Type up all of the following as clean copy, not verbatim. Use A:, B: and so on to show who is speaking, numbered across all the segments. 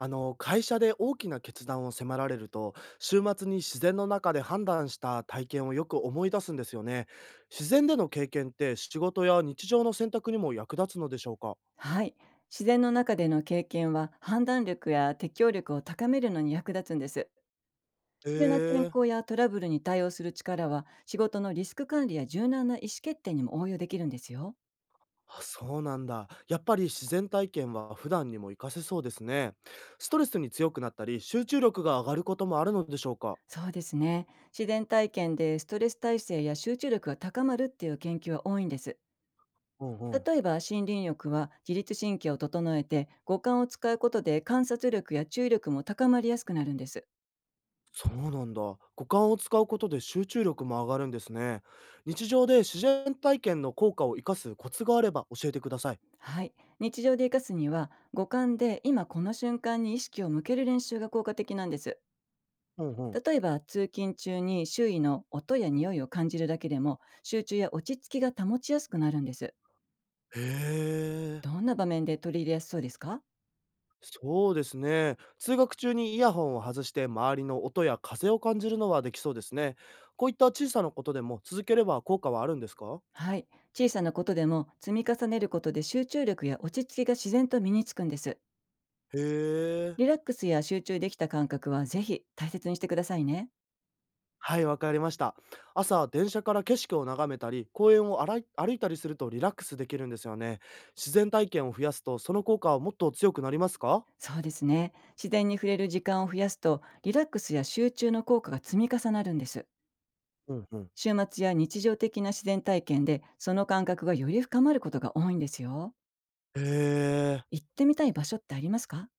A: あの会社で大きな決断を迫られると、週末に自然の中で判断した体験をよく思い出すんですよね。自然での経験って仕事や日常の選択にも役立つのでしょうか？
B: はい。自然の中での経験は判断力や適応力を高めるのに役立つんです。
A: へ
B: 急な天
A: え。
B: 候やトラブルに対応する力は仕事のリスク管理や柔軟な意思決定にも応用できるんですよ。
A: あ、そうなんだ。やっぱり自然体験は普段にも活かせそうですね。ストレスに強くなったり集中力が上がることもあるのでしょうか？
B: そうですね。自然体験でストレス耐性や集中力が高まるっていう研究は多いんです。
A: うんう
B: 例
A: ん。
B: えば、森林浴は自律神経を整えて、五感を使うことで観察力や注意力も高まりやすくなるんです。
A: そうなんだ。五感を使うことで集中力も上がるんですね。日常で自然体験の効果を生かすコツがあれば教えてください。
B: はい。日常で活かすには、五感で今この瞬間に意識を向ける練習が効果的なんです。
A: うんうん。
B: 例えば、通勤中に周囲の音や匂いを感じるだけでも、集中や落ち着きが保ちやすくなるんです。
A: へ
B: ど
A: え。
B: んな場面で取り入れやすそうですか？
A: そうですね。通学中にイヤホンを外して周りの音や風を感じるのはできそうですね。こういった小さなことでも続ければ効果はあるんですか？
B: はい。小さなことでも積み重ねることで、集中力や落ち着きが自然と身につくんです。
A: へえ。
B: リラックスや集中できた感覚はぜひ大切にしてくださいね。
A: はい、わかりました。朝、電車から景色を眺めたり、公園をあらい歩いたりするとリラックスできるんですよね。自然体験を増やすと、その効果はもっと強くなりますか？
B: そうですね。自然に触れる時間を増やすと、リラックスや集中の効果が積み重なるんです。
A: うんうん。
B: 週末や日常的な自然体験で、その感覚がより深まることが多いんですよ。
A: へえ、
B: 行ってみたい場所ってありますか？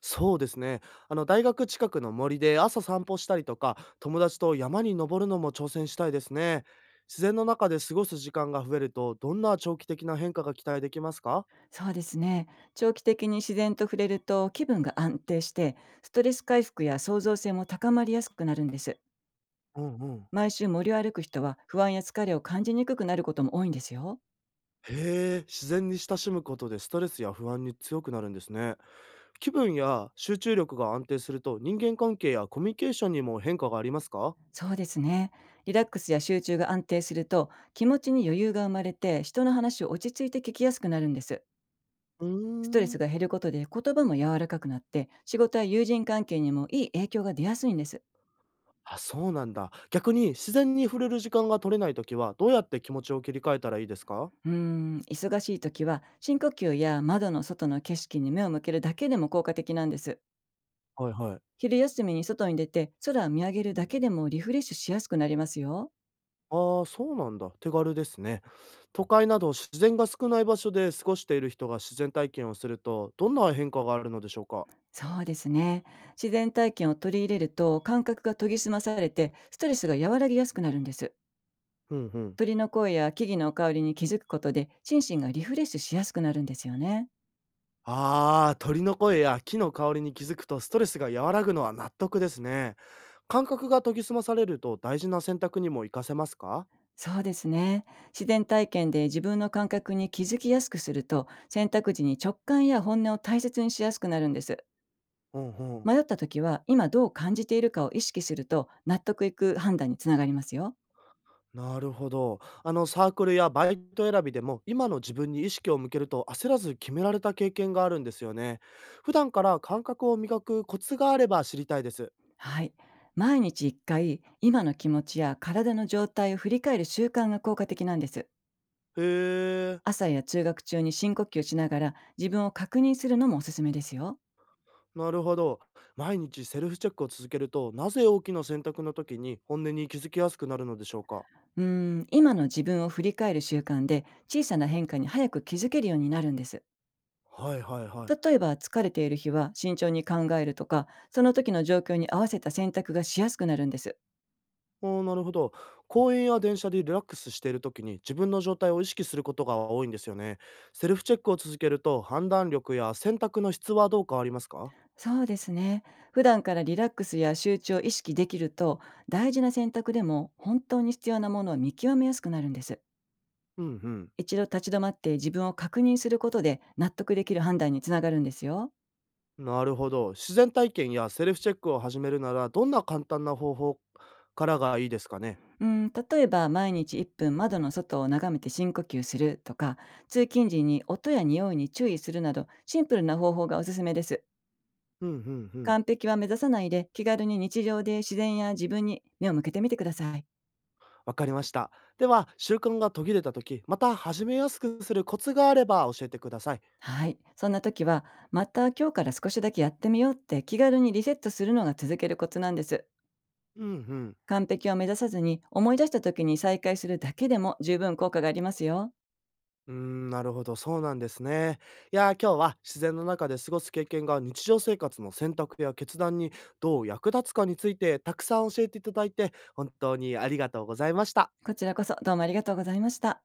A: そうですね。あの、大学近くの森で朝散歩したりとか、友達と山に登るのも挑戦したいですね。自然の中で過ごす時間が増えると、どんな長期的な変化が期待できますか？
B: そうですね。長期的に自然と触れると気分が安定して、ストレス回復や創造性も高まりやすくなるんです。
A: うんうん。
B: 毎週森を歩く人は、不安や疲れを感じにくくなることも多いんですよ。
A: へえ、自然に親しむことでストレスや不安に強くなるんですね。気分や集中力が安定すると人間関係やコミュニケーションにも変化がありますか？
B: そうですね。リラックスや集中が安定すると、気持ちに余裕が生まれて、人の話を落ち着いて聞きやすくなるんです。
A: うー
B: ストレス
A: ん。
B: が減ることで言葉も柔らかくなって、仕事や友人関係にもいい影響が出やすいんです。
A: あ、そうなんだ。逆に自然に触れる時間が取れないときはどうやって気持ちを切り替えたらいいですか？
B: うーん、忙しい時は、深呼吸や窓の外の景色に目を向けるだけでも効果的なんです。
A: はいはい。
B: 昼休みに外に出て空を見上げるだけでも、リフレッシュしやすくなりますよ。
A: ああ、そうなんだ。手軽ですね。都会など自然が少ない場所で過ごしている人が自然体験をするとどんな変化があるのでしょうか？
B: そうですね。自然体験を取り入れると、感覚が研ぎ澄まされて、ストレスが和らぎやすくなるんです。
A: うんうん。
B: 鳥の声や木々の香りに気づくことで、心身がリフレッシュしやすくなるんですよね。
A: ああ、鳥の声や木の香りに気づくとストレスが和らぐのは納得ですね。感覚が研ぎ澄まされると大事な選択にも活かせますか？
B: そうですね。自然体験で自分の感覚に気づきやすくすると、選択時に直感や本音を大切にしやすくなるんです。
A: うんうん。
B: 迷った時は、今どう感じているかを意識すると、納得いく判断につながりますよ。
A: なるほど。あのサークルやバイト選びでも今の自分に意識を向けると焦らず決められた経験があるんですよね。普段から感覚を磨くコツがあれば知りたいです。
B: はい。毎日1回、今の気持ちや体の状態を振り返る習慣が効果的なんです。
A: へえ。
B: 朝や通学中に深呼吸しながら自分を確認するのもおすすめですよ。
A: なるほど。毎日セルフチェックを続けるとなぜ大きな選択の時に本音に気づきやすくなるのでしょうか？
B: うーん、今の自分を振り返る習慣で、小さな変化に早く気づけるようになるんです。
A: はいはいはい。
B: 例えば、疲れている日は慎重に考えるとか、その時の状況に合わせた選択がしやすくなるんです。
A: お、なるほど。公園や電車でリラックスしている時に自分の状態を意識することが多いんですよね。セルフチェックを続けると判断力や選択の質はどう変わりますか？
B: そうですね。普段からリラックスや集中を意識できると、大事な選択でも本当に必要なものを見極めやすくなるんです。
A: うんうん。
B: 一度立ち止まって自分を確認することで、納得できる判断につながるんですよ。
A: なるほど。自然体験やセルフチェックを始めるならどんな簡単な方法からがいいですかね？
B: うん、例えば毎日1分窓の外を眺めて深呼吸するとか、通勤時に音や匂いに注意するなど、シンプルな方法がおすすめです。
A: うんうんうん。
B: 完璧は目指さないで、気軽に日常で自然や自分に目を向けてみてください。
A: わかりました。では、習慣が途切れた時、また始めやすくするコツがあれば教えてください。
B: はい。そんな時は、また今日から少しだけやってみようって気軽にリセットするのが、続けるコツなんです。
A: うんうん。
B: 完璧を目指さずに、思い出した時に再開するだけでも十分効果がありますよ。
A: うーん、なるほど、そうなんですね。いやー、今日は自然の中で過ごす経験が日常生活の選択や決断にどう役立つかについてたくさん教えていただいて、本当にありがとうございました。
B: こちらこそどうもありがとうございました。